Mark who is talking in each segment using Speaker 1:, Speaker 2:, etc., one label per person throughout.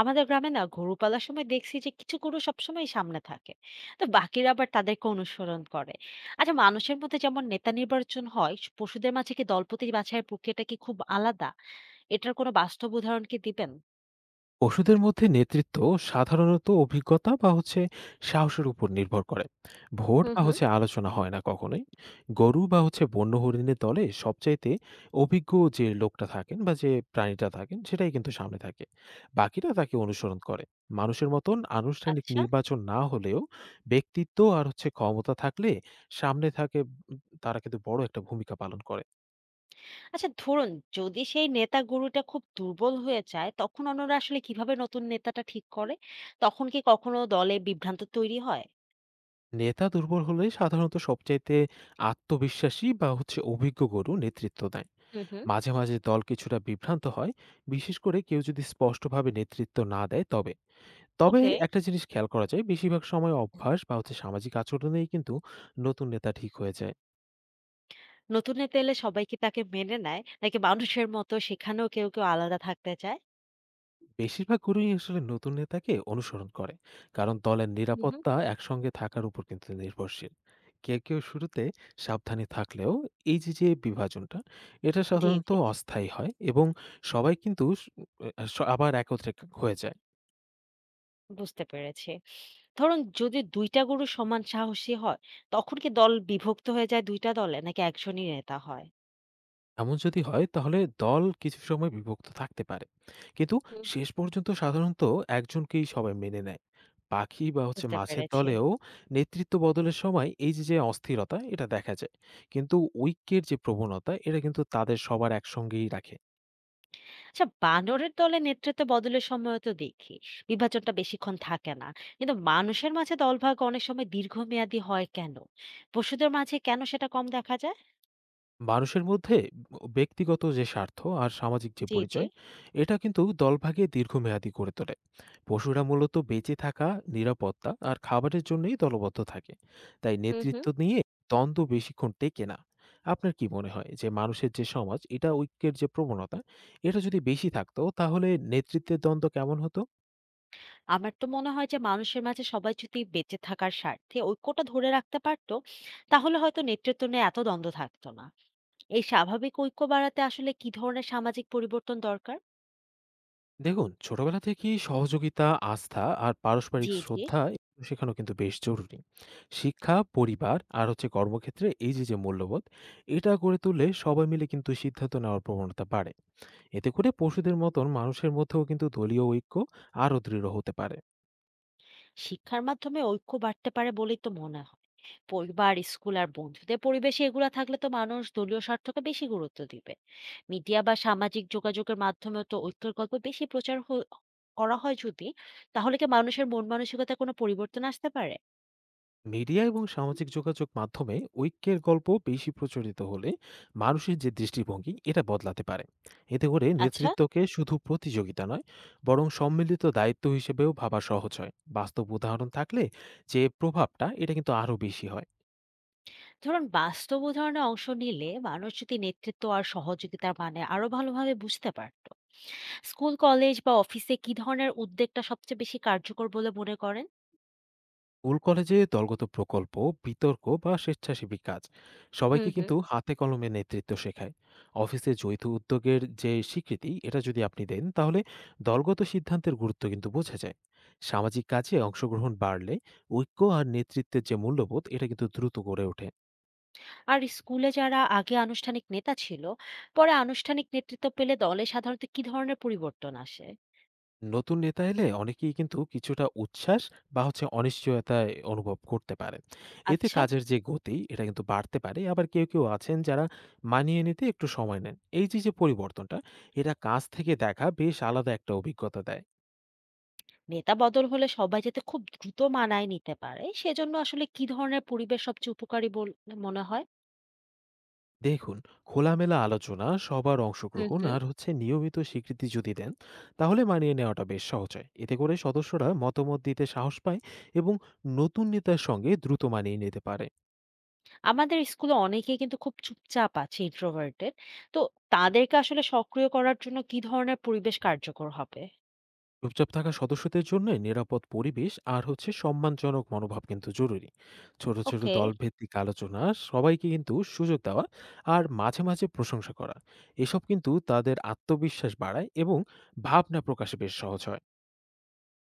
Speaker 1: আমাদের গ্রামে না গরু পালার সময় দেখছি যে কিছু গরু সবসময় সামনে থাকে, তো বাকিরা আবার তাদেরকে অনুসরণ করে। আচ্ছা, মানুষের মধ্যে যেমন নেতা নির্বাচন হয়, পশুদের মাঝে কি দলপতি বাছাইয়ের প্রক্রিয়াটা কি খুব আলাদা? এটার কোনো বাস্তব উদাহরণ কি দিবেন?
Speaker 2: পশুদের মধ্যে নেতৃত্ব সাধারণত অভিজ্ঞতা বা সাহসের উপর নির্ভর করে। ভোট
Speaker 1: হুম
Speaker 2: বা
Speaker 1: হুম।
Speaker 2: হচ্ছে আলোচনা হয় না কখনোই। গরু বা বন্য হরিণের দলে সবচাইতে অভিজ্ঞ যে লোকটা থাকেন বা যে প্রাণীটা থাকেন সেটাই কিন্তু সামনে থাকে, বাকিরা তাকে অনুসরণ করে। মানুষের মতন আনুষ্ঠানিক
Speaker 1: আচ্ছা,
Speaker 2: নির্বাচন না হলেও ব্যক্তিত্ব আর ক্ষমতা থাকলে সামনে থাকে, তারা কিন্তু বড় একটা ভূমিকা পালন করে।
Speaker 1: আচ্ছা ধরুন, যদি সেই নেতা গরুটা খুব দুর্বল হয়ে যায়, তখন অন্যরা আসলে কিভাবে নতুন নেতাটা ঠিক করে? তখন কি কখনো দলে বিভ্রান্ত তৈরি হয়?
Speaker 2: নেতা দুর্বল হলে সাধারণত সবচাইতে আত্মবিশ্বাসী বা অভিজ্ঞ গরু নেতৃত্ব দেয়।
Speaker 1: হুম হুম।
Speaker 2: মাঝে মাঝে দল কিছুটা বিভ্রান্ত হয়, বিশেষ করে কেউ যদি স্পষ্টভাবে নেতৃত্ব না দেয় তবে তবে
Speaker 1: ওকে।
Speaker 2: একটা জিনিস খেয়াল করা যায়, বেশিরভাগ সময় অভ্যাস বা সামাজিক আচরণেই কিন্তু নতুন নেতা ঠিক হয়ে যায়।
Speaker 1: নতুন নেতা এলে সবাই কি তাকে মেনে নেয়? নাকি মানুষের মতো সেখানেও কেউ, কেউ আলাদা থাকতে চায়?
Speaker 2: বেশিরভাগ গুরুই আসলে নতুন নেতাকে অনুসরণ করে, কারণ দলের
Speaker 1: হু, হু।
Speaker 2: নিরাপত্তা একসঙ্গে থাকার উপর কিন্তু নির্ভরশীল। কেউ কেউ শুরুতে সাবধানে থাকলেও এই যে যে বিভাজনটা, এটা
Speaker 1: জি,
Speaker 2: সাধারণত
Speaker 1: জি,
Speaker 2: অস্থায়ী হয় এবং সবাই কিন্তু আবার একত্রে হয়ে যায়।
Speaker 1: বুঝতে পেরেছি। ধরুন, যদি ২ টা গরু সমান সাহসী হয়, তখন কি দল বিভক্ত হয়ে যায় ২ টা দলে? নাকি একজনই নেতা হয়?
Speaker 2: এমন যদি হয় তাহলে দল কিছু সময় বিভক্ত থাকতে পারে, কিন্তু
Speaker 1: হু, হু।
Speaker 2: শেষ পর্যন্ত সাধারণত একজনকেই সবাই মেনে নেয়। পাখি বা
Speaker 1: বুঝতে
Speaker 2: মাছের
Speaker 1: পেরেছি।
Speaker 2: দলেও নেতৃত্ব বদলের সময় এই যে যে অস্থিরতা এটা দেখা যায়, কিন্তু ঐক্যের যে প্রবণতা এটা কিন্তু তাদের সবার একসঙ্গেই রাখে।
Speaker 1: আচ্ছা, বানরের দলে নেতৃত্ব বদলের সময়ও তো দেখি, বিভাজনটা বেশিক্ষণ থাকে না। কিন্তু মানুষের মাঝে দলভাগ অনেক সময় দীর্ঘমেয়াদী হয় কেন? পশুদের মাঝে কেন সেটা কম দেখা যায়?
Speaker 2: মানুষের মধ্যে ব্যক্তিগত যে স্বার্থ আর সামাজিক যে
Speaker 1: জি, জি।
Speaker 2: পরিচয়, এটা কিন্তু দলভাগে দীর্ঘমেয়াদী করে তোলে। পশুরা মূলত বেঁচে থাকা, নিরাপত্তা আর খাবারের জন্যই দলবদ্ধ থাকে, তাই
Speaker 1: হু, হু।
Speaker 2: নেতৃত্ব নিয়ে দ্বন্দ্ব বেশিক্ষণ টেকে না। আপনার কি মনে হয় যে মানুষের যে সমাজ, এটা ঐক্যের যে প্রবণতা এটা যদি বেশি থাকতো তাহলে নেতৃত্বের দ্বন্দ্ব কেমন হতো?
Speaker 1: আমার তো মনে হয় যে মানুষের মাঝে সবাই যদি বেঁচে থাকার স্বার্থে ঐক্যটা ধরে রাখতে পারতো, তাহলে হয়তো নেতৃত্ব নিয়ে এত দ্বন্দ্ব থাকতো না। এই স্বাভাবিক ঐক্য বাড়াতে আসলে কি ধরনের সামাজিক পরিবর্তন দরকার?
Speaker 2: দেখুন, ছোটবেলা থেকেই সহযোগিতা, আস্থা আর পারস্পরিক
Speaker 1: জি জি।
Speaker 2: শ্রদ্ধা এগুলো শেখানো কিন্তু বেশ জরুরি। শিক্ষা, পরিবার আর কর্মক্ষেত্রে এই যে মূল্যবোধ, এটা গড়ে তুললে সবাই মিলে কিন্তু সিদ্ধান্ত নেওয়ার প্রবণতা বাড়ে। এতে করে পশুদের মতন মানুষের মধ্যেও কিন্তু দলীয় ঐক্য আরও দৃঢ় হতে পারে।
Speaker 1: শিক্ষার মাধ্যমে ঐক্য বাড়তে পারে বলেই তো মনে হয়। পরিবার, স্কুল আর বন্ধুদের পরিবেশে এগুলা থাকলে তো মানুষ দলীয় স্বার্থকে বেশি গুরুত্ব দিবে। মিডিয়া বা সামাজিক যোগাযোগের মাধ্যমে তো ঐক্যের গল্প বেশি প্রচার করা হয় যদি, তাহলে কি মানুষের মন মানসিকতা কোনো পরিবর্তন আসতে পারে?
Speaker 2: মিডিয়া এবং সামাজিক যোগাযোগ মাধ্যমে ঐক্যের গল্প বেশি প্রচলিত হলে মানুষের যে দৃষ্টিভঙ্গি এটা বদলাতে পারে। এতে করে
Speaker 1: আচ্ছা।
Speaker 2: নেতৃত্বকে শুধু প্রতিযোগিতা নয়, বরং সম্মিলিত দায়িত্ব হিসেবেও ভাবা সহজ হয়। বাস্তব উদাহরণ থাকলে যে প্রভাবটা, এটা কিন্তু আরও বেশি হয়।
Speaker 1: ধরুন, বাস্তব উদাহরণে অংশ নিলে মানুষ যদি নেতৃত্ব আর সহযোগিতার মানে আরো ভালোভাবে বুঝতে পারতো। স্কুল, কলেজ বা অফিসে কি ধরনের উদ্যোগটা সবচেয়ে বেশি কার্যকর বলে মনে করেন?
Speaker 2: স্কুল কলেজে দলগত প্রকল্প, বিতর্ক বা স্বেচ্ছাসেবী কাজ
Speaker 1: হুম
Speaker 2: সবাইকে
Speaker 1: হুম।
Speaker 2: কিন্তু হাতে কলমে নেতৃত্ব শেখায়। অফিসে যৌথ উদ্যোগের যে স্বীকৃতি এটা যদি আপনি দেন তাহলে দলগত সিদ্ধান্তের গুরুত্ব কিন্তু বোঝা যায়। সামাজিক কাজে অংশগ্রহণ বাড়লে ঐক্য আর নেতৃত্বের যে মূল্যবোধ এটা কিন্তু দ্রুত গড়ে ওঠে।
Speaker 1: আর স্কুলে যারা আগে আনুষ্ঠানিক নেতা ছিল, পরে আনুষ্ঠানিক নেতৃত্ব পেলে দলে সাধারণত কি ধরনের পরিবর্তন আসে?
Speaker 2: নতুন নেতা এলে অনেকেই কিন্তু কিছুটা উচ্ছ্বাস বা অনিশ্চয়তায় অনুভব করতে পারে। এতে
Speaker 1: আচ্ছা।
Speaker 2: কাজের যে গতি এটা কিন্তু বাড়তে পারে, আবার কেউ কেউ আছেন যারা মানিয়ে নিতে একটু সময় নেন। এই যে যে পরিবর্তনটা, এটা কাজ থেকে দেখা বেশ আলাদা একটা অভিজ্ঞতা দেয়।
Speaker 1: নেতা বদল হলে সবাই যাতে খুব দ্রুত মানায় নিতে পারে সেজন্য আসলে কি ধরনের পরিবেশ সবচেয়ে উপকারী বলে মনে হয়?
Speaker 2: দেখুন, খোলামেলা আলোচনা, সবার
Speaker 1: হুম
Speaker 2: অংশগ্রহণ
Speaker 1: হুম।
Speaker 2: আর নিয়মিত স্বীকৃতি যদি দেন তাহলে মানিয়ে নেওয়াটা বেশ সহজ হয়। এতে করে সদস্যরা মতামত দিতে সাহস পায় এবং নতুন নেতার সঙ্গে দ্রুত মানিয়ে নিতে পারে।
Speaker 1: আমাদের স্কুলে অনেকেই কিন্তু খুব চুপচাপ আছে, ইন্ট্রোভার্টেড। তো তাদেরকে আসলে সক্রিয় করার জন্য কি ধরনের পরিবেশ কার্যকর হবে?
Speaker 2: চুপচাপ থাকা সদস্যদের জন্য নিরাপদ পরিবেশ আর সম্মানজনক মনোভাব কিন্তু জরুরি। ছোট ছোট
Speaker 1: ওকে।
Speaker 2: দলভিত্তিক আলোচনা, সবাইকে কিন্তু সুযোগ দেওয়া, আর মাঝে মাঝে প্রশংসা করা, এসব কিন্তু তাদের আত্মবিশ্বাস বাড়ায় এবং ভাবনা প্রকাশে বেশ সহজ হয়।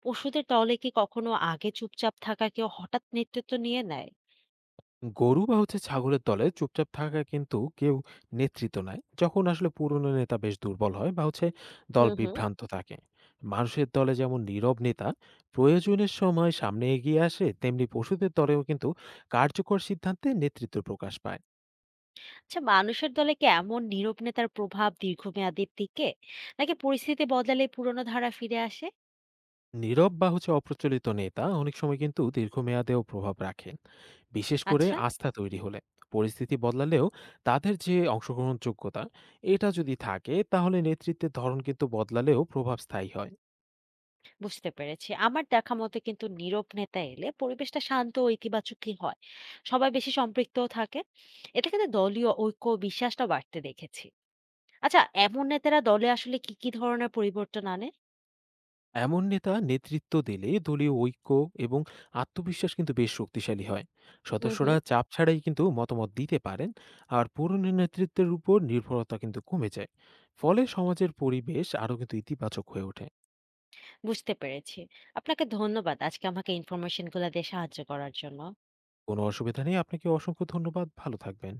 Speaker 1: পশুদের দলে কি কখনো আগে চুপচাপ থাকা কেউ হঠাৎ নেতৃত্ব নিয়ে নেয়?
Speaker 2: গরু বা ছাগলের দলে চুপচাপ থাকা কিন্তু কেউ নেতৃত্ব নেয় যখন আসলে পুরনো নেতা বেশ দুর্বল হয় বা দল
Speaker 1: হুম হুম।
Speaker 2: বিভ্রান্ত থাকে। মানুষের দলে যেমন নীরব নেতা প্রয়োজনের সময় সামনে এগিয়ে আসে, তেমনি পশুদের দলেও কিন্তু কার্যকর সিদ্ধান্তে নেতৃত্ব প্রকাশ পায়।
Speaker 1: আচ্ছা, মানুষের দলে কি এমন নীরব নেতার প্রভাব দীর্ঘমেয়াদীর দিকে, নাকি পরিস্থিতি বদলালে পুরনো ধারা ফিরে আসে?
Speaker 2: নীরব বা অপ্রচলিত নেতা অনেক সময় কিন্তু দীর্ঘমেয়াদেও প্রভাব রাখে, বিশেষ করে
Speaker 1: আচ্ছা।
Speaker 2: আস্থা তৈরি হলে। পরিস্থিতি বদলালেও তাদের যে অংশগ্রহণযোগ্যতা এটা যদি থাকে তাহলে নেতৃত্বের ধরন কিন্তু বদলালেও প্রভাব স্থায়ী হয়।
Speaker 1: বুঝতে পেরেছি। আমার দেখা মতে কিন্তু নীরব নেতা এলে পরিবেশটা শান্ত ও ইতিবাচকই হয়। সবাই বেশি সম্পৃক্তও থাকে। এটা কিন্তু দলীয় ঐক্য ও বিশ্বাসটা বাড়তে দেখেছি। আচ্ছা, এমন নেতারা দলে আসলে কি, কি ধরনের পরিবর্তন আনে?
Speaker 2: এমন নেতা নেতৃত্ব দিলে দলীয় ঐক্য এবং আত্মবিশ্বাস কিন্তু বেশ শক্তিশালী হয়।
Speaker 1: হুম
Speaker 2: সদস্যরা
Speaker 1: হুম।
Speaker 2: চাপ ছাড়াই কিন্তু মতামত দিতে পারেন, আর পুরনো নেতৃত্বের উপর নির্ভরতা কিন্তু কমে যায়। ফলে সমাজের পরিবেশ আরও কিন্তু ইতিবাচক হয়ে ওঠে।
Speaker 1: বুঝতে পেরেছি। আপনাকে ধন্যবাদ আজকে আমাকে ইনফরমেশন গুলা দিয়ে সাহায্য করার জন্য।
Speaker 2: কোনো অসুবিধা নেই, আপনাকে অসংখ্য ধন্যবাদ, ভালো থাকবেন।